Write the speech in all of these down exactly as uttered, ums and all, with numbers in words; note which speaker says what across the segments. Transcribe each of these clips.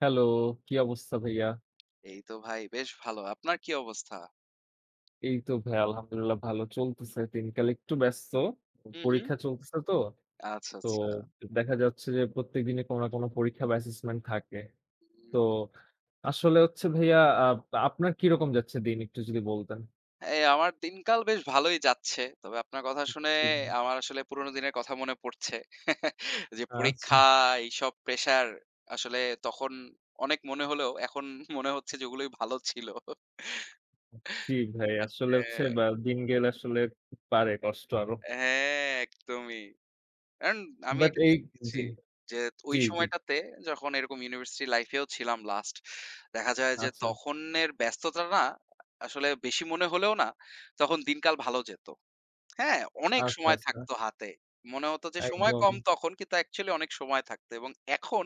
Speaker 1: Hello, কি অবস্থা ভাইয়া?
Speaker 2: এই তো ভাই বেশ ভালো। আপনার কি অবস্থা?
Speaker 1: এই তো ভাইয়া আলহামদুলিল্লাহ ভালো চলতেছে। দিনকাল একটু ব্যস্ত।
Speaker 2: হু, হু।
Speaker 1: পরীক্ষা চলতেছে তো।
Speaker 2: আচ্ছা,
Speaker 1: তো
Speaker 2: আচ্ছা।
Speaker 1: দেখা যাচ্ছে যে প্রত্যেকদিনই কোনো না কোনো পরীক্ষা বা অ্যাসেসমেন্ট থাকে।
Speaker 2: উম
Speaker 1: তো আসলে হচ্ছে ভাইয়া আপ আপনার কিরকম যাচ্ছে দিন একটু যদি বলতেন?
Speaker 2: এই আমার দিনকাল বেশ ভালোই যাচ্ছে। তবে আপনার কথা শুনে
Speaker 1: জি, ভাই।
Speaker 2: আমার আসলে পুরোনো দিনের কথা মনে পড়ছে। যে
Speaker 1: আচ্ছা।
Speaker 2: পরীক্ষা, এইসব প্রেশার আসলে তখন অনেক মনে হলেও এখন মনে হচ্ছে যে ওগুলোই ভালো ছিল।
Speaker 1: জি ভাই, আসলে হচ্ছে
Speaker 2: হ্যাঁ,
Speaker 1: বা দিন গেলে আসলে বাড়ে কষ্ট আরো।
Speaker 2: হ্যাঁ, একদমই। কারণ আমি
Speaker 1: বাট
Speaker 2: একটা
Speaker 1: এই
Speaker 2: জিনিস দেখেছি
Speaker 1: জি,
Speaker 2: যে ওই
Speaker 1: জি, জি।
Speaker 2: সময়টাতে যখন এরকম ইউনিভার্সিটি লাইফেও ছিলাম লাস্ট, দেখা যায় যে
Speaker 1: আচ্ছা,
Speaker 2: তখনের ব্যস্ততা না আসলে বেশি মনে হলেও না, তখন দিনকাল ভালো যেত। হ্যাঁ, অনেক
Speaker 1: আচ্ছা,
Speaker 2: সময়
Speaker 1: আচ্ছা।
Speaker 2: থাকতো হাতে। মনে হতো যে সময়
Speaker 1: একদম।
Speaker 2: কম তখন, কিন্তু অ্যাকচুয়ালি অনেক সময় থাকতো। এবং এখন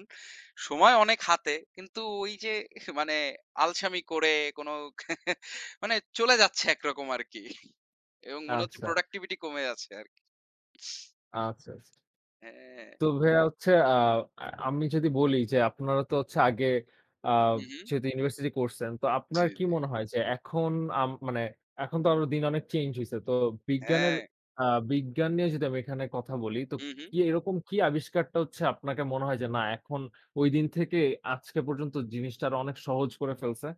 Speaker 2: সময় অনেক হাতে, কিন্তু ওই যে মানে আলসামি করে কোনো মানে চলে যাচ্ছে একরকম আরকি, এবং মনে হচ্ছে
Speaker 1: আচ্ছা,
Speaker 2: প্রোডাক্টিভিটি কমে যাচ্ছে আরকি।
Speaker 1: আচ্ছা, আচ্ছা।
Speaker 2: হ্যাঁ।
Speaker 1: তো ভাইয়া হচ্ছে আ আ আমি যদি বলি যে আপনারা তো হচ্ছে আগে আ
Speaker 2: হু, হু।
Speaker 1: যেহেতু ইউনিভার্সিটি করছেন, তো
Speaker 2: জি,
Speaker 1: আপনার কি
Speaker 2: জি।
Speaker 1: মনে হয় যে এখন আম মানে এখন তো আরো দিন অনেক চেঞ্জ হইছে। তো বিজ্ঞানের
Speaker 2: হ্যাঁ।
Speaker 1: আ বিজ্ঞান নিয়ে যদি আমি এখানে কথা বলি, তো
Speaker 2: হু, হু।
Speaker 1: কি এরকম কি আবিষ্কারটা হচ্ছে আপনাকে মনে হয় যে না এখন ঐদিন থেকে আজকে পর্যন্ত জিনিসটা আরো অনেক সহজ করে ফেলছে?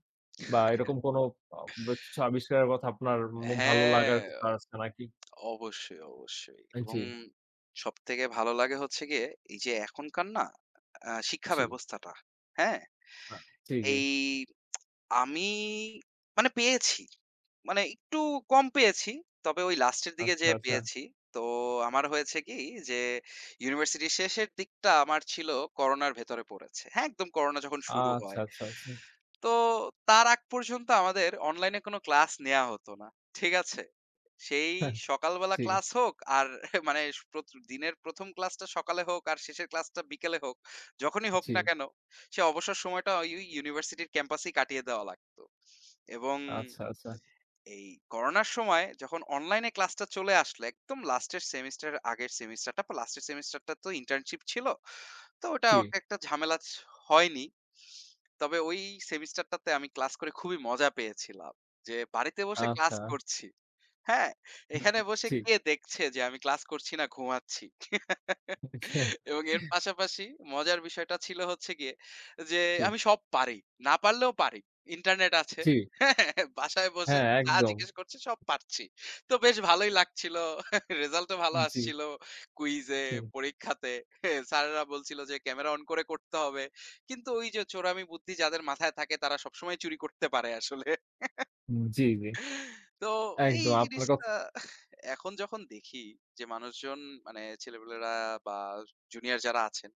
Speaker 1: বা এরকম কোনো আ বা কিছু আবিষ্কারের কথা আপনার মো ভালো লাগার
Speaker 2: হ্যাঁ,
Speaker 1: কিছু আছে নাকি?
Speaker 2: অবশ্যই, অবশ্যই। এবং
Speaker 1: জি,
Speaker 2: সবথেকে ভালো লাগে হচ্ছে গিয়ে এই যে এখনকার না আ শিক্ষা
Speaker 1: জি,
Speaker 2: ব্যবস্থাটা, হ্যাঁ?
Speaker 1: আ জি, জি।
Speaker 2: এই আমি মানে পেয়েছি। মানে একটু কম পেয়েছি। তবে ওই লাস্টের দিকে
Speaker 1: আচ্ছা,
Speaker 2: যেয়ে
Speaker 1: আচ্ছা।
Speaker 2: পেয়েছি। তো আমার হয়েছে কি, যে ইউনিভার্সিটির শেষের দিকটা আমার ছিল করোনার ভেতরে পড়েছে। হ্যাঁ, একদম করোনা যখন শুরু
Speaker 1: আচ্ছা,
Speaker 2: হয়।
Speaker 1: আচ্ছা, আচ্ছা।
Speaker 2: তো তার আগ পর্যন্ত আমাদের অনলাইনে কোনো ক্লাস নেয়া হতো না। ঠিক আছে? সেই
Speaker 1: হ্যাঁ,
Speaker 2: সকালবেলা
Speaker 1: জি,
Speaker 2: ক্লাস হোক আর মানে প্রত দিনের প্রথম ক্লাসটা সকালে হোক আর শেষের ক্লাসটা বিকেলে হোক, যখনই হোক
Speaker 1: জি।
Speaker 2: না কেন, সে অবসর সময়টা ওই ইউনিভার্সিটির ক্যাম্পাসেই কাটিয়ে দেওয়া লাগতো। এবং
Speaker 1: আচ্ছা, আচ্ছা।
Speaker 2: এই করোনার সময় যখন অনলাইনে ক্লাসটা চলে আসলো, একদম লাস্টের সেমিস্টারের আগের সেমিস্টারটা বা লাস্টের সেমিস্টারটা তো ইন্টার্নশিপ ছিল। তো ওটা
Speaker 1: জি,
Speaker 2: ওকে একটা ঝামেলা ছ হয়নি। তবে ওই সেমিস্টারটাতে আমি ক্লাস করে খুবই মজা পেয়েছিলাম। যে বাড়িতে বসে ক্লাস
Speaker 1: আচ্ছা।
Speaker 2: করছি। হ্যাঁ,
Speaker 1: হ্যাঁ,
Speaker 2: এখানে বসে
Speaker 1: জি,
Speaker 2: কে দেখছে যে আমি ক্লাস করছি না ঘুমাচ্ছি?
Speaker 1: হ্যাঁ,
Speaker 2: এবং এর পাশাপাশি মজার বিষয়টা ছিল হচ্ছে গিয়ে যে
Speaker 1: জি,
Speaker 2: আমি সব পারি। না পারলেও পারি। ইন্টারনেট আছে।
Speaker 1: জি।
Speaker 2: হ্যাঁ, বাসায় বসে
Speaker 1: হ্যাঁ,
Speaker 2: যা
Speaker 1: একদম।
Speaker 2: জিজ্ঞেস করছে সব পারছি। তো বেশ ভালোই লাগছিল। রেজাল্টও ভালো
Speaker 1: জি,
Speaker 2: আসছিল। কুইজে,
Speaker 1: জি,
Speaker 2: পরীক্ষাতে স্যারেরা বলছিল যে ক্যামেরা অন করে করতে হবে। কিন্তু ওই যে চোরামি বুদ্ধি যাদের মাথায় থাকে তারা সবসময় চুরি করতে পারে আসলে।
Speaker 1: জি, জি।
Speaker 2: তো এই
Speaker 1: একদম আপনার
Speaker 2: জিনিসটা
Speaker 1: কথা
Speaker 2: এখন যখন দেখি যে মানুষজন মানে ছেলেপেলেরা বা জুনিয়র যারা আছেন,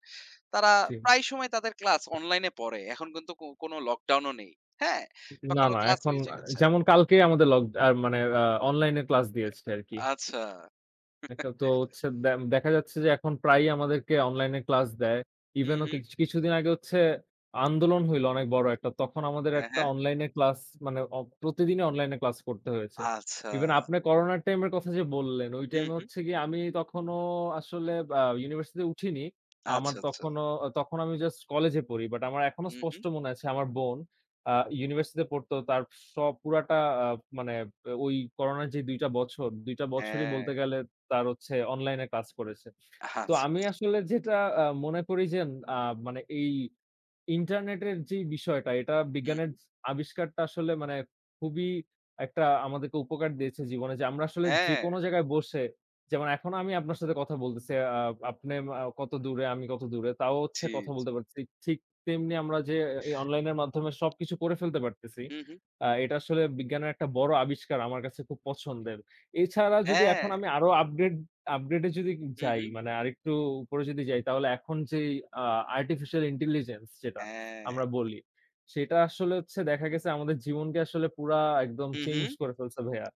Speaker 2: তারা
Speaker 1: জি।
Speaker 2: প্রায় সময় তাদের ক্লাস অনলাইনে পড়ে। এখন কিন্তু কো কোনো লকডাউনও নেই। হ্যাঁ? বা
Speaker 1: না,
Speaker 2: কোনো
Speaker 1: না
Speaker 2: ক্লাস
Speaker 1: এখন
Speaker 2: মিস হয়ে
Speaker 1: আ
Speaker 2: গেছে।
Speaker 1: যেমন কালকেই আমাদের লক আ মানে আ অনলাইন এ ক্লাস দিয়েছে আরকি।
Speaker 2: আচ্ছা।
Speaker 1: একটা তো হচ্ছে দে দেখা যাচ্ছে যে এখন প্রায়ই আমাদেরকে অনলাইনে ক্লাস দেয়।
Speaker 2: হুম,
Speaker 1: ইভেন ও
Speaker 2: হুম।
Speaker 1: কিছ কিছুদিন আগে হচ্ছে আন্দোলন হইল অনেক বড় একটা। তখন আমাদের
Speaker 2: হ্যাঁ,
Speaker 1: একটা
Speaker 2: হ্যাঁ।
Speaker 1: অনলাইনে ক্লাস মানে অ প্রতিদিনই অনলাইনে ক্লাস করতে হয়েছে।
Speaker 2: আচ্ছা।
Speaker 1: ইভেন আপনি করোনার টাইমের কথা যে বললেন, ওই
Speaker 2: হুম,
Speaker 1: টাইমে
Speaker 2: হুম।
Speaker 1: হচ্ছে গিয়ে আমি তখনো আসলে আ ইউনিভার্সিটিতে উঠিনি। আমার
Speaker 2: আচ্ছা, আচ্ছা।
Speaker 1: তখনো তখন আমি জাস্ট কলেজে পড়ি। বাট আমার এখনো
Speaker 2: হুম, হুম।
Speaker 1: স্পষ্ট মনে আছে আমার বোন আ ইউনিভার্সিটিতে পড়তো। তার সব পুরাটা আ মানে ওই করোনার যে দুই টা বছর, দুই টা বছরই
Speaker 2: হ্যাঁ।
Speaker 1: বলতে গেলে তার হচ্ছে অনলাইনে ক্লাস করেছে।
Speaker 2: আচ্ছা,
Speaker 1: তো আমি
Speaker 2: আচ্ছা।
Speaker 1: আসলে যেটা আ মনে করি যে আ মানে এই ইন্টারনেটের যে বিষয়টা এটা
Speaker 2: হুম,
Speaker 1: বিজ্ঞানের
Speaker 2: হুম।
Speaker 1: আবিষ্কারটা আসলে মানে খুবই একটা আমাদেরকে উপকার দিয়েছে জীবনে যে আমরা আসলে
Speaker 2: হ্যাঁ,
Speaker 1: যেকোনো জায়গায় বসে যেমন এখন আমি আপনার সাথে কথা বলতেছি। আ আপনি আ কত দূরে, আমি কত দূরে তাও হচ্ছে
Speaker 2: জি,
Speaker 1: কথা
Speaker 2: জি।
Speaker 1: বলতে পারতেছি। ঠিক তেমনি আমরা যে এই অনলাইনের মাধ্যমে সবকিছু করে ফেলতে পারতেছি।
Speaker 2: হুম, হুম।
Speaker 1: আ এটা আসলে বিজ্ঞানের একটা বড় আবিষ্কার আমার কাছে খুব পছন্দের। এছাড়া যদি
Speaker 2: হ্যাঁ।
Speaker 1: এখন আমি আরো আপগ্রেড আপগ্রেড এ যদি
Speaker 2: হুম,
Speaker 1: যাই
Speaker 2: হুম।
Speaker 1: মানে আরেকটু উপরে যদি যাই তাহলে এখন যেই আ আর্টিফিশিয়াল ইন্টেলিজেন্স যেটা
Speaker 2: হ্যাঁ।
Speaker 1: আমরা বলি, সেটা আসলে হচ্ছে দেখা গেছে আমাদের জীবনকে আসলে পুরা একদম
Speaker 2: হুম,
Speaker 1: চেঞ্জ
Speaker 2: হুম।
Speaker 1: করে ফেলছে ভাইয়া।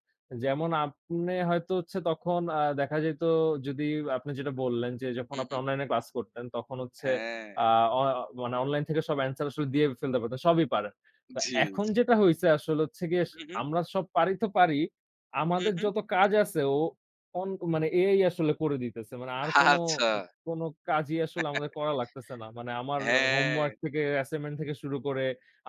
Speaker 1: যেমন আপনে হয়তো হচ্ছে তখন আ দেখা যেত যদি আপনি যেটা বললেন যে যখন
Speaker 2: হুম,
Speaker 1: আপনি
Speaker 2: হুম।
Speaker 1: অনলাইনে ক্লাস করতেন তখন হচ্ছে
Speaker 2: হ্যাঁ।
Speaker 1: আ অ মানে অনলাইন থেকে সব অ্যান্সার আসলে দিয়ে ফেলতে পারতেন। সবই পারেন। তো
Speaker 2: জি,
Speaker 1: এখন
Speaker 2: জি।
Speaker 1: যেটা হইছে আসলে হচ্ছে গিয়ে স
Speaker 2: হুম, হুম।
Speaker 1: আমরা সব পারি তো পারি
Speaker 2: হুম,
Speaker 1: আমাদের
Speaker 2: হুম।
Speaker 1: যত কাজ আছে ও অন মানে এআই আসলে করে দিতেছে। মানে আর কোনো
Speaker 2: আচ্ছা।
Speaker 1: কোনো কাজই আসলে আমাদের করা লাগতেছে না। মানে আমার
Speaker 2: হ্যাঁ,
Speaker 1: হোমওয়ার্ক থেকে অ্যাসাইনমেন্ট থেকে শুরু করে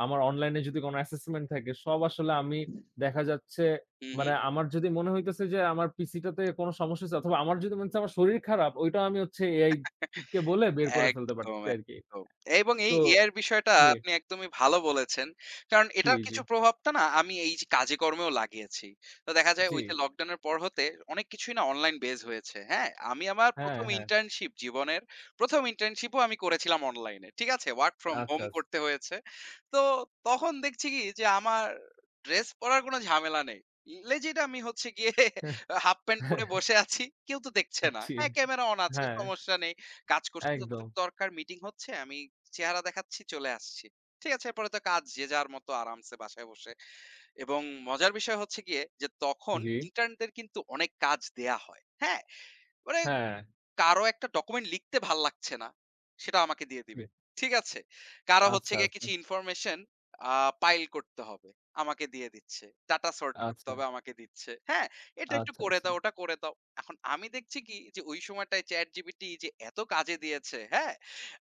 Speaker 1: আমার অনলাইনে যদি কোনো অ্যাসেসমেন্ট থাকে সব আসলে আমি দেখা যাচ্ছে
Speaker 2: হু, হু।
Speaker 1: মানে আমার যদি মনে হইতেছে যে আমার পিসিটাতে কোনো সমস্যা হইছে অথবা আমার যদি মনে হচ্ছে আমার শরীর খারাপ ওইটাও আমি হচ্ছে এআই কে বলে বের করে ফেলতে
Speaker 2: একদম,
Speaker 1: পারতেছি আরকি।
Speaker 2: একদম। এবং এই
Speaker 1: তো
Speaker 2: এআই এর বিষয়টা
Speaker 1: জি,
Speaker 2: আপনি একদমই ভালো বলেছেন। কারণ
Speaker 1: জি,
Speaker 2: এটার
Speaker 1: জি,
Speaker 2: কিছু প্রভাবটা না আমি এই যে কাজে-কর্মেও লাগিয়েছি। তো দেখা যায়
Speaker 1: জি।
Speaker 2: ওই যে লকডাউনের পর হতে অনেক কিছুই না অনলাইন বেজ হয়েছে। হ্যাঁ? আমি আমার
Speaker 1: হ্যাঁ,
Speaker 2: প্রথম
Speaker 1: হ্যাঁ।
Speaker 2: ইন্টার্নশিপ জীবনের প্রথম ইন্টার্নশিপও আমি করেছিলাম অনলাইনে। ঠিক আছে? ওয়ার্ক ফ্রম হোম
Speaker 1: আচ্ছা, আচ্ছা।
Speaker 2: করতে হয়েছে। তো তখন দেখছি কি, যে আমার ড্রেস পরার কোনো ঝামেলা নেই। লেজিট আমি হচ্ছে গিয়ে হাফ প্যান্ট পরে বসে আছি। কেউ তো দেখছে না।
Speaker 1: জি,
Speaker 2: হ্যাঁ, ক্যামেরা অন আছে,
Speaker 1: হ্যাঁ,
Speaker 2: সমস্যা নেই। কাজ করছি
Speaker 1: একদম।
Speaker 2: যতটুকু দরকার, মিটিং হচ্ছে আমি চেহারা দেখাচ্ছি চলে আসছি। ঠিক আছে? এরপরে তো কাজ যে যার মতো আরামসে বাসায় বসে। এবং মজার বিষয় হচ্ছে গিয়ে যে তখন
Speaker 1: জি।
Speaker 2: ইন্টার্নদের কিন্তু অনেক কাজ দেয়া হয়। হ্যাঁ? মানে
Speaker 1: হ্যাঁ,
Speaker 2: কারো একটা ডকুমেন্ট লিখতে ভাল লাগছে না। সেটা আমাকে দিয়ে
Speaker 1: জি।
Speaker 2: দিবে। ঠিক আছে? কারো হচ্ছে
Speaker 1: আচ্ছা,
Speaker 2: গিয়ে
Speaker 1: আচ্ছা,
Speaker 2: কিছু ইনফরমেশন আ পাইল করতে হবে। আমাকে দিয়ে দিচ্ছে। ডাটা সর্ট করতে
Speaker 1: আচ্ছা,
Speaker 2: হবে আমাকে দিচ্ছে। হ্যাঁ? এটা একটু
Speaker 1: আচ্ছা,
Speaker 2: করে
Speaker 1: আচ্ছা।
Speaker 2: দাও, ওটা করে দাও। এখন আমি দেখছি কি, যে ওই সময়টায় ChatGPT যে এত কাজে দিয়েছে, হ্যাঁ?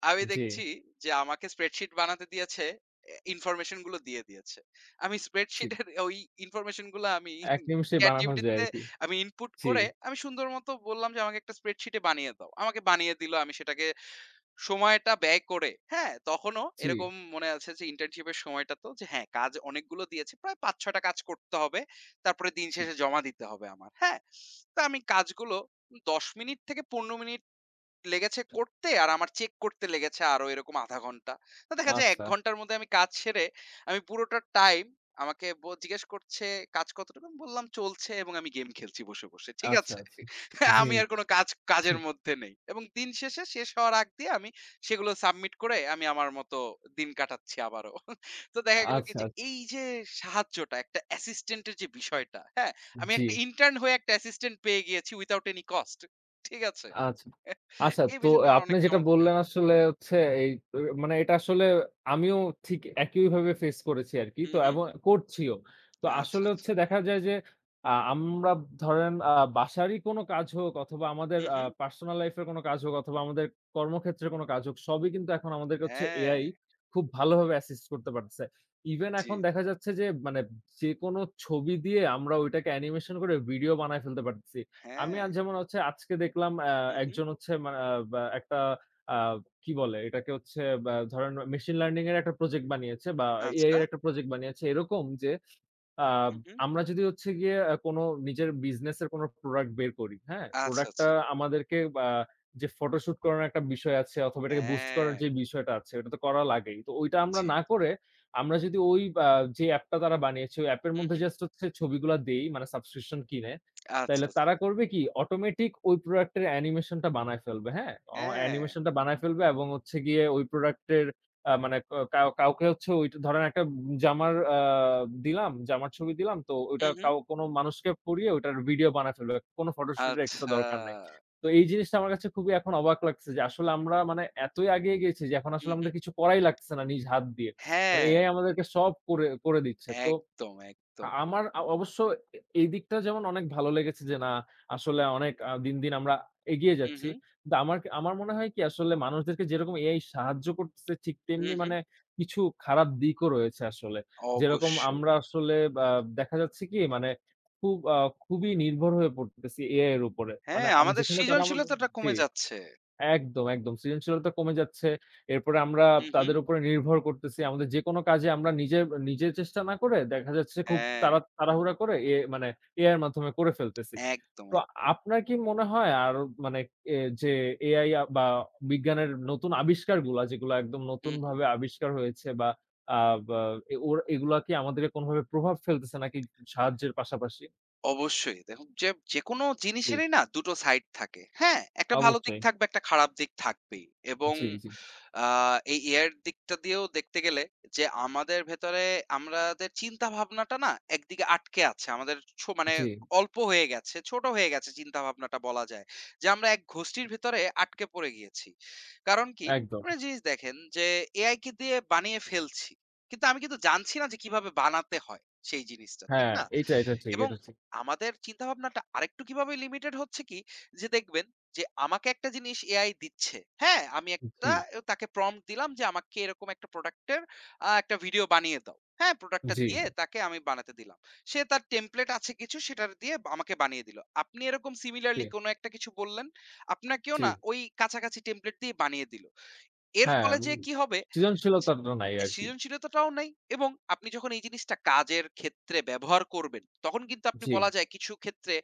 Speaker 2: আমি
Speaker 1: জি,
Speaker 2: দেখছি যে আমাকে স্প্রেডশিট বানাতে দিয়েছে, এ ইনফরমেশন গুলো দিয়ে দিয়েছে। আমি
Speaker 1: জি।
Speaker 2: স্প্রেডশিটের ওই ইনফরমেশন গুলা আমি
Speaker 1: এক নিমেষেই বানানো
Speaker 2: ChatGPT
Speaker 1: যায়
Speaker 2: তে
Speaker 1: আরকি।
Speaker 2: আমি ইনপুট
Speaker 1: জি,
Speaker 2: করে আমি সুন্দর মতো বললাম যে আমাকে একটা স্প্রেডশিটে বানিয়ে দাও। আমাকে বানিয়ে দিল। আমি সেটাকে সময়টা ব্যয় করে, হ্যাঁ? তখনও
Speaker 1: জি,
Speaker 2: এরকম মনে আছে যে ইন্টার্নশিপের সময়টা তো, যে হ্যাঁ, কাজ অনেকগুলো দিয়েছে। প্রায় পাঁচ ছয় টা কাজ করতে হবে। তারপরে দিন
Speaker 1: জি।
Speaker 2: শেষে জমা দিতে হবে আমার। হ্যাঁ? তো আমি কাজগুলো দশ মিনিট থেকে পনেরো মিনিট লেগেছে করতে, আর আমার চেক করতে লেগেছে আরো এরকম আধা ঘন্টা। তো দেখা যায় এক
Speaker 1: আচ্ছা,
Speaker 2: ঘন্টার মধ্যে আমি কাজ সেরে, আমি পুরোটা টাইম, আমাকে ব জিজ্ঞেস করছে, "কাজ কতটুকু?" আমি বললাম, "চলছে", এবং আমি গেম খেলছি বসে, বসে। ঠিক
Speaker 1: আচ্ছা,
Speaker 2: আছে?
Speaker 1: আচ্ছা। জি,
Speaker 2: আমি আর কোনো কাজ কাজের মধ্যে নেই। এবং দিন শেষে শেষ হওয়ার আগ দিয়ে আমি সেগুলো সাবমিট করে আমি আমার মতো দিন কাটাচ্ছি আবারও। তো দেখা গেল কি,
Speaker 1: আচ্ছা,
Speaker 2: যে
Speaker 1: আচ্ছা।
Speaker 2: এই যে সাহায্যটা, একটা অ্যাসিস্ট্যান্ট এর যে বিষয়টা, হ্যাঁ? আমি
Speaker 1: জি।
Speaker 2: একটা ইন্টার্ন হয়ে একটা অ্যাসিস্ট্যান্ট পেয়ে গিয়েছি উইথআউট এনি কস্ট। ঠিক আছে?
Speaker 1: আচ্ছা। আচ্ছা
Speaker 2: এই
Speaker 1: তো
Speaker 2: বিষয়টা আমার
Speaker 1: আপনি
Speaker 2: অনেক
Speaker 1: যেটা
Speaker 2: চমৎকার।
Speaker 1: বললেন আসলে হচ্ছে এই অ মানে এটা আসলে আমিও ঠিক একইভাবে ফেস করেছি আরকি।
Speaker 2: হুম,
Speaker 1: তো
Speaker 2: হুম।
Speaker 1: এবং করছিও। তো
Speaker 2: আচ্ছা,
Speaker 1: আসলে
Speaker 2: আচ্ছা।
Speaker 1: হচ্ছে দেখা যায় যে আ আমরা ধরেন আ বাসারই কোনো কাজ হোক অথবা আমাদের
Speaker 2: হুম,
Speaker 1: আ
Speaker 2: হুম।
Speaker 1: পার্সোনাল লাইফ এর কোনো কাজ হোক অথবা আমাদের কর্মক্ষেত্রে কোনো কাজ হোক সবই কিন্তু এখন আমাদেরকে হচ্ছে
Speaker 2: হ্যাঁ,
Speaker 1: এআই খুব ভালোভাবে অ্যাসিস্ট করতে পারতেছে। ইভেন
Speaker 2: জি,
Speaker 1: এখন
Speaker 2: জি।
Speaker 1: দেখা যাচ্ছে যে মানে যেকোনো ছবি দিয়ে আমরা ঐটাকে অ্যানিমেশন করে ভিডিও বানায় ফেলতে পারতেছি। আমি
Speaker 2: হ্যাঁ।
Speaker 1: আজ যেমন হচ্ছে আজকে দেখলাম অ্যা
Speaker 2: হুম, হুম।
Speaker 1: একজন হচ্ছে মা আ বা একটা আ কি বলে এটাকে হচ্ছে বা ধরেন মেশিন লার্নিং এর একটা প্রজেক্ট বানিয়েছে বা এআই
Speaker 2: আচ্ছা।
Speaker 1: এর একটা প্রজেক্ট বানিয়েছে এরকম যে আ
Speaker 2: হুম, হুম।
Speaker 1: আমরা যদি হচ্ছে গিয়ে আ কোনো নিজের বিজনেস এর কোনো প্রোডাক্ট বের করি, হ্যাঁ?
Speaker 2: আচ্ছা,
Speaker 1: প্রোডাক্টটা
Speaker 2: আচ্ছা।
Speaker 1: আমাদেরকে আ যে ফটোশুট করানোর একটা বিষয় আছে অথবা এটাকে বুস্ট
Speaker 2: হ্যাঁ,
Speaker 1: করার যে বিষয়টা আছে ওটা তো করা লাগেই। তো ওইটা আমরা
Speaker 2: জি।
Speaker 1: না
Speaker 2: জি।
Speaker 1: করে আমরা যদি ওই আ যে অ্যাপটা তারা বানিয়েছে ওই অ্যাপের
Speaker 2: হুম,
Speaker 1: মধ্যে
Speaker 2: হুম।
Speaker 1: জাস্ট হচ্ছে ছবিগুলা দেই মানে সাবস্ক্রিপশন কিনে
Speaker 2: আচ্ছা,
Speaker 1: তাইলে
Speaker 2: আচ্ছা।
Speaker 1: তারা করবে কি? অটোমেটিক ওই প্রোডাক্টের অ্যানিমেশনটা বানায় ফেলবে, হ্যাঁ? অ
Speaker 2: হ্যাঁ।
Speaker 1: অ্যানিমেশনটা বানায় ফেলবে এবং হচ্ছে গিয়ে ওই প্রোডাক্টের আ মানে ক কাউ কাউকে হচ্ছে ওই ধরেন একটা জামার আ দিলাম, জামার ছবি দিলাম তো ওইটা
Speaker 2: হুম, হুম।
Speaker 1: কাউ কোনো মানুষকে পরিয়ে ওইটার ভিডিও বানায় ফেলবে। কোনো ফটোশুটের এক্সট্রা
Speaker 2: আচ্ছা।
Speaker 1: দরকার নাই। তো এই জিনিসটা আমার কাছে খুবই এখন অবাক লাগছে যে আসলে আমরা মানে এতই আগিয়ে গিয়েছি যে এখন
Speaker 2: হুম,
Speaker 1: আসলে
Speaker 2: হুম।
Speaker 1: আমাদের কিছু করাই লাগছে না নিজ হাত দিয়ে। মানে
Speaker 2: হ্যাঁ,
Speaker 1: এআই আমাদেরকে সব করে করে দিচ্ছে। তো
Speaker 2: একদম,
Speaker 1: আ
Speaker 2: একদম।
Speaker 1: আমার আ অবশ্য এ এই দিকটা যেমন অনেক ভালো লেগেছে যে, না আসলে অনেক আ দিন, দিন আমরা এগিয়ে
Speaker 2: হুম,
Speaker 1: যাচ্ছি।
Speaker 2: হুম।
Speaker 1: কিন্তু আমার ক আমার মনে হয় কি আসলে মানুষদেরকে যেরকম এআই সাহায্য করতেছে ঠিক
Speaker 2: হুম,
Speaker 1: তেমনি
Speaker 2: হুম।
Speaker 1: মানে কিছু খারাপ দিকও রয়েছে আসলে। যেরকম
Speaker 2: অবশ্যই।
Speaker 1: আমরা আসলে বা দেখা যাচ্ছে কি মানে খুব আ খুবই নির্ভর হয়ে পড়তেছি এআই এর উপরে। মানে
Speaker 2: হ্যাঁ,
Speaker 1: আম
Speaker 2: আমাদের
Speaker 1: যেখানে তারা আমাদের
Speaker 2: সৃজনশীলতাটা
Speaker 1: জি।
Speaker 2: কমে যাচ্ছে।
Speaker 1: একদম, একদম। সৃজনশীলতা কমে যাচ্ছে। এরপরে আমরা
Speaker 2: হুম, হুম।
Speaker 1: তাদের উপরে নির্ভর করতেছি। আমাদের যেকোনো কাজে আমরা নিজে নিজে চেষ্টা না করে দেখা যাচ্ছে খুব
Speaker 2: হ্যাঁ,
Speaker 1: তাড়া তাড়াহুড়া করে এ মানে এআই এর মাধ্যমে করে ফেলতেছি।
Speaker 2: একদম,
Speaker 1: তো
Speaker 2: এক
Speaker 1: আপনার কি মনে হয় আর মানে এ যে এআই আ বা বিজ্ঞানের নতুন আবিষ্কারগুলা যেগুলা একদম
Speaker 2: হুম,
Speaker 1: নতুনভাবে আবিষ্কার হয়েছে বা আ বা এ ওর এগুলা কি আমাদেরকে কোনভাবে প্রভাব ফেলতেছে নাকি সাহায্যের পাশাপাশি?
Speaker 2: অবশ্যই। দেখুন যে যেকোনো
Speaker 1: জি,
Speaker 2: জিনিসেরই না দুই টো সাইড থাকে। হ্যাঁ? একটা ভালো দিক
Speaker 1: অবশ্যই।
Speaker 2: থাকবে, একটা খারাপ দিক থাকবেই। এবং
Speaker 1: জি, জি,
Speaker 2: আ এই এ আই এর দিকটা দিয়েও দেখতে গেলে, যে আমাদের ভেতরে আমাদের চিন্তা ভাবনাটা না একদিকে আটকে আছে। আমাদের ছো মানে
Speaker 1: জি,
Speaker 2: অল্প হয়ে গেছে, ছোট হয়ে গেছে চিন্তা ভাবনাটা বলা যায়। যে আমরা এক গোষ্ঠীর ভেতরে আটকে পড়ে গিয়েছি। কারণ কি?
Speaker 1: একদম।
Speaker 2: আপনি একটা জিনিস দেখেন যে এ আই কে দিয়ে বানিয়ে ফেলছি। কিন্তু আমি কিন্তু জানছি না যে কিভাবে বানাতে হয় সেই জিনিসটা। ঠিক
Speaker 1: হ্যাঁ,
Speaker 2: না?
Speaker 1: এটা, এটা ঠিক,
Speaker 2: এবং
Speaker 1: এটা ঠিক।
Speaker 2: আমাদের চিন্তাভাবনাটা আরেকটু কিভাবে লিমিটেড হচ্ছে কি, যে দেখবেন যে আমাকে একটা জিনিস এআই দিচ্ছে। হ্যাঁ, আমি
Speaker 1: জি,
Speaker 2: একটা তাকে প্রম্পট দিলাম যে আমাকে এরকম একটা প্রোডাক্টের আ একটা ভিডিও বানিয়ে দাও। হ্যাঁ, প্রোডাক্টটা
Speaker 1: জি,
Speaker 2: দিয়ে তাকে আমি বানাতে দিলাম। সে তার টেমপ্লেট আছে কিছু সেটার দিয়ে আমাকে বানিয়ে দিল। আপনি এরকম
Speaker 1: জি,
Speaker 2: সিমিলারলি কোনো একটা কিছু বললেন, আপনাকেও
Speaker 1: জি।
Speaker 2: না ওই কাছাকাছি টেমপ্লেট দিয়ে বানিয়ে দিল। এর
Speaker 1: হ্যাঁ,
Speaker 2: ফলে
Speaker 1: উম
Speaker 2: যে কি হবে,
Speaker 1: সৃজনশীলতাটা নাই
Speaker 2: এ
Speaker 1: আরকি।
Speaker 2: সৃজনশীলতাটাও নাই, এবং আপনি যখন এই জিনিসটা কাজের ক্ষেত্রে ব্যবহার করবেন, তখন কিন্তু আপনি
Speaker 1: জি।
Speaker 2: বলা যায় কিছু ক্ষেত্রে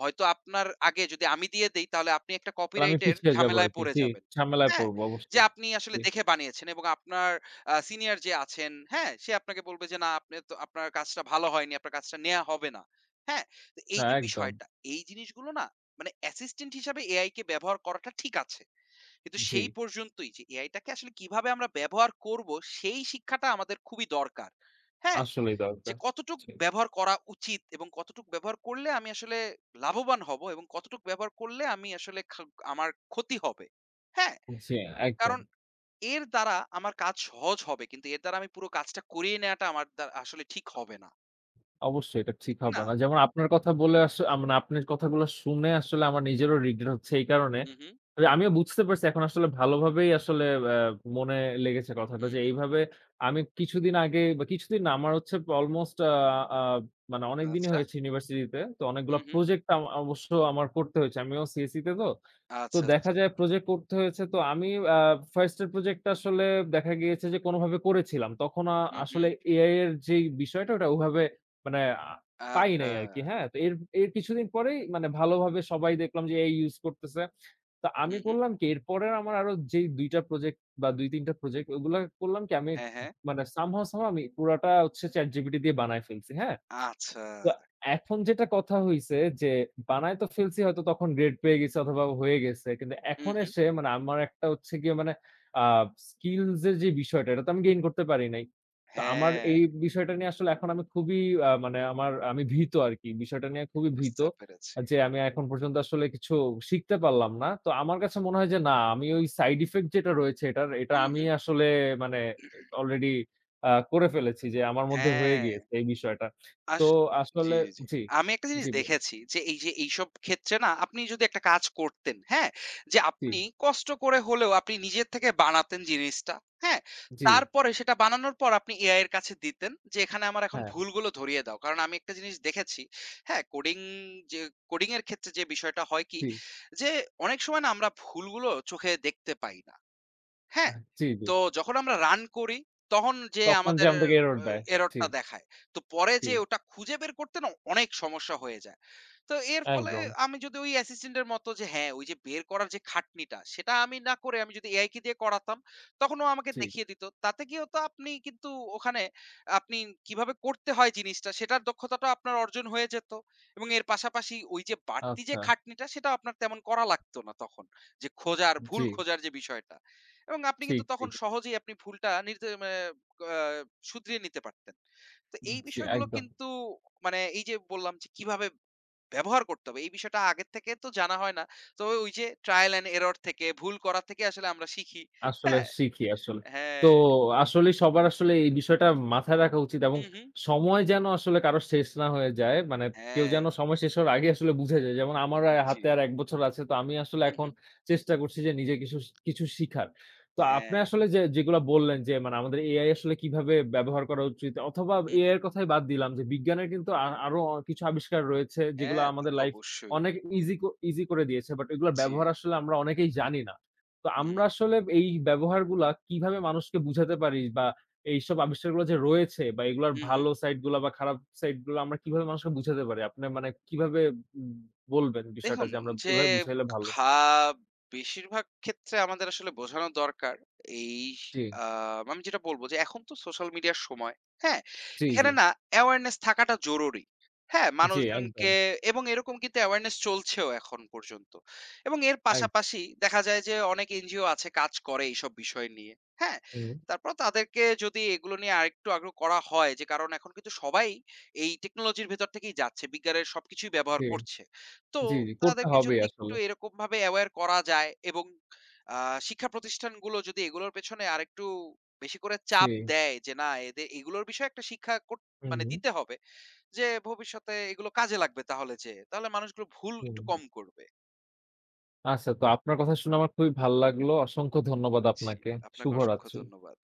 Speaker 2: হয়তো আপনার আগে যদি আমি দিয়ে দেই, তাহলে আপনি একটা
Speaker 1: তাহলে আমি
Speaker 2: কপিরাইট এর
Speaker 1: পিছিয়ে যাবো
Speaker 2: ঝামেলায়
Speaker 1: আরকি।
Speaker 2: পড়ে
Speaker 1: জি,
Speaker 2: যাবেন।
Speaker 1: ঝামেলায়
Speaker 2: হ্যাঁ?
Speaker 1: পড়বো
Speaker 2: যে
Speaker 1: অবশ্যই।
Speaker 2: আপনি আসলে
Speaker 1: জি,
Speaker 2: দেখে বানিয়েছেন এবং আপনার আ সিনিয়র যে আছেন, হ্যাঁ? সে আপনাকে বলবে যে না আপনি তো, আপনার কাজটা ভালো হয়নি, আপনার কাজটা নেয়া হবে না। হ্যাঁ? তো এই
Speaker 1: হ্যাঁ,
Speaker 2: যে
Speaker 1: একদম।
Speaker 2: বিষয়টা, এই জিনিসগুলো না, মানে অ্যাসিস্ট্যান্ট হিসাবে এআই কে ব্যবহার করাটা ঠিক আছে। কিন্তু
Speaker 1: জি,
Speaker 2: সেই পর্যন্তই। যে এআইটাকে আসলে কিভাবে আমরা ব্যবহার করব সেই শিক্ষাটা আমাদের খুবই দরকার। হ্যাঁ?
Speaker 1: আসলেই
Speaker 2: যে
Speaker 1: দরকার।
Speaker 2: কতটুক
Speaker 1: জি,
Speaker 2: ব্যবহার করা উচিত, এবং কতটুক ব্যবহার করলে আমি আসলে লাভবান হব, এবং কতটুক ব্যবহার করলে আমি আসলে খা আমার ক্ষতি হবে। হ্যাঁ?
Speaker 1: জি, একদম।
Speaker 2: কারণ এর দ্বারা আমার কাজ সহজ হবে। কিন্তু এর দ্বারা আমি পুরো কাজটা করিয়ে নেয়াটা আমার দ্বা আসলে ঠিক হবে না।
Speaker 1: অবশ্যই এটা ঠিক
Speaker 2: ঠিক
Speaker 1: হবে
Speaker 2: না?
Speaker 1: না। যেমন আপনার কথা বলে আস আ মানে আপনার কথাগুলো শুনে আসলে আমার নিজেরও রিগ্রেট হচ্ছে এই কারণে।
Speaker 2: হু, হু,
Speaker 1: যে আমিও বুঝতে পারছি এখন আসলে ভালোভাবেই আসলে অ্যা মনে লেগেছে কথাটা
Speaker 2: হু,
Speaker 1: যে
Speaker 2: হু।
Speaker 1: এইভাবে আমি কিছুদিন আগে বা কিছুদিন না আমার হচ্ছে অলমোস্ট আ আ মানে অনেকদিনই
Speaker 2: আচ্ছা।
Speaker 1: হয়েছে ইউনিভার্সিটিতে। তো
Speaker 2: হু,
Speaker 1: অনেকগুলা
Speaker 2: হু।
Speaker 1: প্রজেক্ট আম অবশ্য আমার করতে হয়েছে। আমিও সিএসই তে তো। তো
Speaker 2: আচ্ছা,
Speaker 1: দেখা
Speaker 2: আচ্ছা।
Speaker 1: যায় প্রজেক্ট করতে হয়েছে। তো আমি আ ফার্স্ট এর প্রজেক্টটা আসলে দেখা গিয়েছে যে কোনভাবে করেছিলাম। তখন আ
Speaker 2: হু, হু।
Speaker 1: আসলে এআই এর যেই বিষয়টা ওটা ওভাবে মানে আ পাই
Speaker 2: আচ্ছা।
Speaker 1: নাই আরকি, হ্যাঁ? তো এর এর কিছুদিন পরেই মানে ভালোভাবে সবাই দেখলাম যে এই ইউজ করতেছে। তো
Speaker 2: হু,
Speaker 1: আমি
Speaker 2: হু।
Speaker 1: করলাম কি এরপরের আমার আরো যেই দুই টা প্রজেক্ট বা দুই তিন টা প্রজেক্ট ওগুলা করলাম কি আমি
Speaker 2: হ্যাঁ, হ্যাঁ।
Speaker 1: মানে somehow, somehow আমি পুরাটা হচ্ছে ChatGPT দিয়ে বানায় ফেলছি, হ্যাঁ?
Speaker 2: আচ্ছা।
Speaker 1: তো এখন যেটা কথা হইছে যে, বানায় তো ফেলছি হয়তো তখন গ্রেড পেয়ে গেছি অথবা হয়ে গেছে। কিন্তু
Speaker 2: হু,
Speaker 1: এখন
Speaker 2: হু।
Speaker 1: এসে মানে আমার একটা হচ্ছে গিয়ে মানে আ স্কিলস এর যে বিষয়টা, এটা তো আমি গেইন করতে পারি নাই। তো আমার
Speaker 2: হ্যাঁ,
Speaker 1: এই বিষয়টা নিয়ে আসলে এখন আমি খুবই আ মানে আমার আমি ভীত আরকি। বিষয়টা নিয়ে খুবই ভীত।
Speaker 2: বুঝতে পেরেছি।
Speaker 1: যে আমি এখন পর্যন্ত আসলে কিছু শিখতে পারলাম না। তো আমার কাছে মনে হয় যে না, আমি ওই সাইড ইফেক্ট যেটা রয়েছে এটার, এটা
Speaker 2: হুম,
Speaker 1: আমি
Speaker 2: হুম।
Speaker 1: আসলে মানে অলরেডি আ করে ফেলেছি যে আমার মধ্যে হয়ে
Speaker 2: হ্যাঁ,
Speaker 1: গিয়েছে এই বিষয়টা।
Speaker 2: আস
Speaker 1: তো
Speaker 2: জি,
Speaker 1: আসলে
Speaker 2: জি।
Speaker 1: জি,
Speaker 2: আমি একটা জিনিস
Speaker 1: জি, বু
Speaker 2: দেখেছি যে এই যে এইসব ক্ষেত্রে না আপনি যদি একটা কাজ করতেন, হ্যাঁ? যে
Speaker 1: জি,
Speaker 2: আপনি কষ্ট করে হলেও আপনি নিজের থেকে বানাতেন জিনিসটা, হ্যাঁ?
Speaker 1: জি,
Speaker 2: তারপরে সেটা বানানোর পর আপনি এআই এর কাছে দিতেন যে এখানে আমার এখন
Speaker 1: হ্যাঁ,
Speaker 2: ভুলগুলো ধরিয়ে দাও। কারণ আমি একটা জিনিস দেখেছি, হ্যাঁ? কোডিং যে কোডিং এর ক্ষেত্রে যে বিষয়টা হয় কি,
Speaker 1: জি,
Speaker 2: যে অনেক সময় না আমরা ভুলগুলো চোখে দেখতে পাই না। হ্যাঁ,
Speaker 1: আহ জি, জি।
Speaker 2: তো যখন আমরা রান করি তখন যে
Speaker 1: তখন যে
Speaker 2: আমাদের
Speaker 1: আমাদেরকে এরর
Speaker 2: আ
Speaker 1: দেয়।
Speaker 2: এরর
Speaker 1: জি,
Speaker 2: টা দেখায়। তো পরে
Speaker 1: জি,
Speaker 2: যে ওটা খুঁজে বের করতে না অনেক সমস্যা হয়ে যায়। তো এর ফলে
Speaker 1: একদম।
Speaker 2: আমি যদি ওই অ্যাসিস্ট্যান্ট এর মতো, যে হ্যাঁ, ওই যে বের করার যে খাটনিটা সেটা আমি না করে আমি যদি এআই কে দিয়ে করাতাম, তখন ও আমাকে
Speaker 1: জি,
Speaker 2: দেখিয়ে দিত। তাতে কি হতো, আপনি কিন্তু ওখানে আপনি কিভাবে করতে হয় জিনিসটা, সেটার দক্ষতাটাও আপনার অর্জন হয়ে যেত। এবং এর পাশাপাশি ওই যে বাড়তি যে
Speaker 1: আচ্ছা।
Speaker 2: খাটনিটা সেটাও আপনার তেমন করা লাগতো না তখন। যে খোঁজার, ভুল
Speaker 1: জি,
Speaker 2: খোঁজার যে বিষয়টা। এবং আপনি
Speaker 1: ঠিক,
Speaker 2: কিন্তু তখন
Speaker 1: ঠিক।
Speaker 2: সহজেই আপনি ভুলটা নির্দে মানে আ শুধরিয়ে নিতে পারতেন। তো এই
Speaker 1: জি,
Speaker 2: বিষয়গুলো
Speaker 1: একদম।
Speaker 2: কিন্তু, মানে এই যে বললাম যে কিভাবে ব্যবহার করতে হবে, এই বিষয়টা আগের থেকে তো জানা হয় না। তো ওই যে ট্রায়াল অ্যান্ড এরর থেকে, ভুল করা থেকে আসলে আমরা শিখি।
Speaker 1: আসলে
Speaker 2: হ্যাঁ?
Speaker 1: শিখি আসলে। তো
Speaker 2: হ্যাঁ।
Speaker 1: আসলেই সবার আসলে এই বিষয়টা মাথায় রাখা উচিত এবং
Speaker 2: হু, হু।
Speaker 1: সময় যেন আসলে কারো শেষ না হয়ে যায়। মানে কেউ
Speaker 2: হ্যাঁ,
Speaker 1: যেন সময় শেষ হওয়ার আগে আসলে বুঝে যায়। যেমন আমার আ
Speaker 2: জি।
Speaker 1: হাতে আর এক বছর আছে। তো আমি আসলে
Speaker 2: হু, হু।
Speaker 1: এখন চেষ্টা করছি যে নিজে কিছু কিছু শিখার। তো আপনি
Speaker 2: হ্যাঁ।
Speaker 1: আসলে যে যেগুলা বললেন যে মানে আমাদের এআই আসলে কিভাবে ব্যবহার করা উচিত অথবা
Speaker 2: হু,
Speaker 1: এআই এর
Speaker 2: হু।
Speaker 1: কথাই বাদ দিলাম যে বিজ্ঞানের কিন্তু আ আরো কিছু আবিষ্কার রয়েছে যেগুলা
Speaker 2: হ্যাঁ, তা
Speaker 1: আমাদের
Speaker 2: তো
Speaker 1: লাইফ
Speaker 2: অবশ্যই।
Speaker 1: অনেক ইজি ক ইজি করে দিয়েছে। বাট এগুলার
Speaker 2: জি,
Speaker 1: ব্যবহার
Speaker 2: জি।
Speaker 1: আসলে আমরা অনেকেই জানি না। তো আমরা
Speaker 2: হুম।
Speaker 1: আসলে এই ব্যবহারগুলা কিভাবে মানুষকে বুঝাতে পারি বা এইসব আবিষ্কারগুলো যে রয়েছে বা এগুলার
Speaker 2: হু, হু।
Speaker 1: ভালো সাইড গুলা বা খারাপ সাইড গুলো আমরা কিভাবে মানুষকে বুঝাতে পারি? আপনি মানে কিভাবে উম বলবেন বিষয়টা
Speaker 2: দেখুন
Speaker 1: যে আমরা
Speaker 2: যে
Speaker 1: এভাবে বুঝাইলে ভালো?
Speaker 2: খা বেশিরভাগ ক্ষেত্রে আমাদের আসলে বোঝানো দরকার এই,
Speaker 1: জি,
Speaker 2: আহ, আমি যেটা বলবো, যে এখন তো সোশ্যাল মিডিয়ার সময়, হ্যাঁ,
Speaker 1: জি, জি,
Speaker 2: এখানে না অ্যাওয়ারনেস থাকাটা জরুরি, হ্যাঁ,
Speaker 1: জি, একদম,
Speaker 2: মানুষজনকে। এবং এরকম কিন্তু অ্যাওয়ারনেস চলছেও এখন পর্যন্ত, এবং এর
Speaker 1: একদম।
Speaker 2: পাশাপাশি দেখা যায় যে অনেক এনজিও আছে কাজ করে এইসব বিষয় নিয়ে, হ্যাঁ।
Speaker 1: হুম,
Speaker 2: তারপর তাদেরকে যদি এগুলো নিয়ে আরেকটু আগ্রহ করা হয়, যে কারণ এখন কিন্তু সবাই এই টেকনোলজির ভেতর থেকেই যাচ্ছে, বিজ্ঞানের সবকিছুই ব্যবহার
Speaker 1: জি,
Speaker 2: করছে। তো
Speaker 1: জি, জি, করতে
Speaker 2: তাদেরকে
Speaker 1: হবেই
Speaker 2: যদি একটু
Speaker 1: আসলে।
Speaker 2: এরকমভাবে অ্যাওয়্যার করা যায়, এবং আ শিক্ষা প্রতিষ্ঠানগুলো যদি এগুলোর পেছনে আরেকটু বেশি করে
Speaker 1: জি,
Speaker 2: চাপ দেয় যে, না, এদের এগুলোর বিষয়ে একটা শিক্ষা কোট মানে
Speaker 1: হুম,
Speaker 2: দিতে হবে। যে ভবিষ্যতে এগুলো কাজে লাগবে, তাহলে যেয়ে তাহলে মানুষগুলো ভুল একটু
Speaker 1: হুম।
Speaker 2: কম করবে।
Speaker 1: আচ্ছা তো আপনার কথা শুনে আমার খুবই ভাল লাগলো। অসংখ্য ধন্যবাদ
Speaker 2: জি,
Speaker 1: আপনাকে।
Speaker 2: আপনাকে অসংখ্য
Speaker 1: শুভরাত্রি।
Speaker 2: ধন্যবাদ।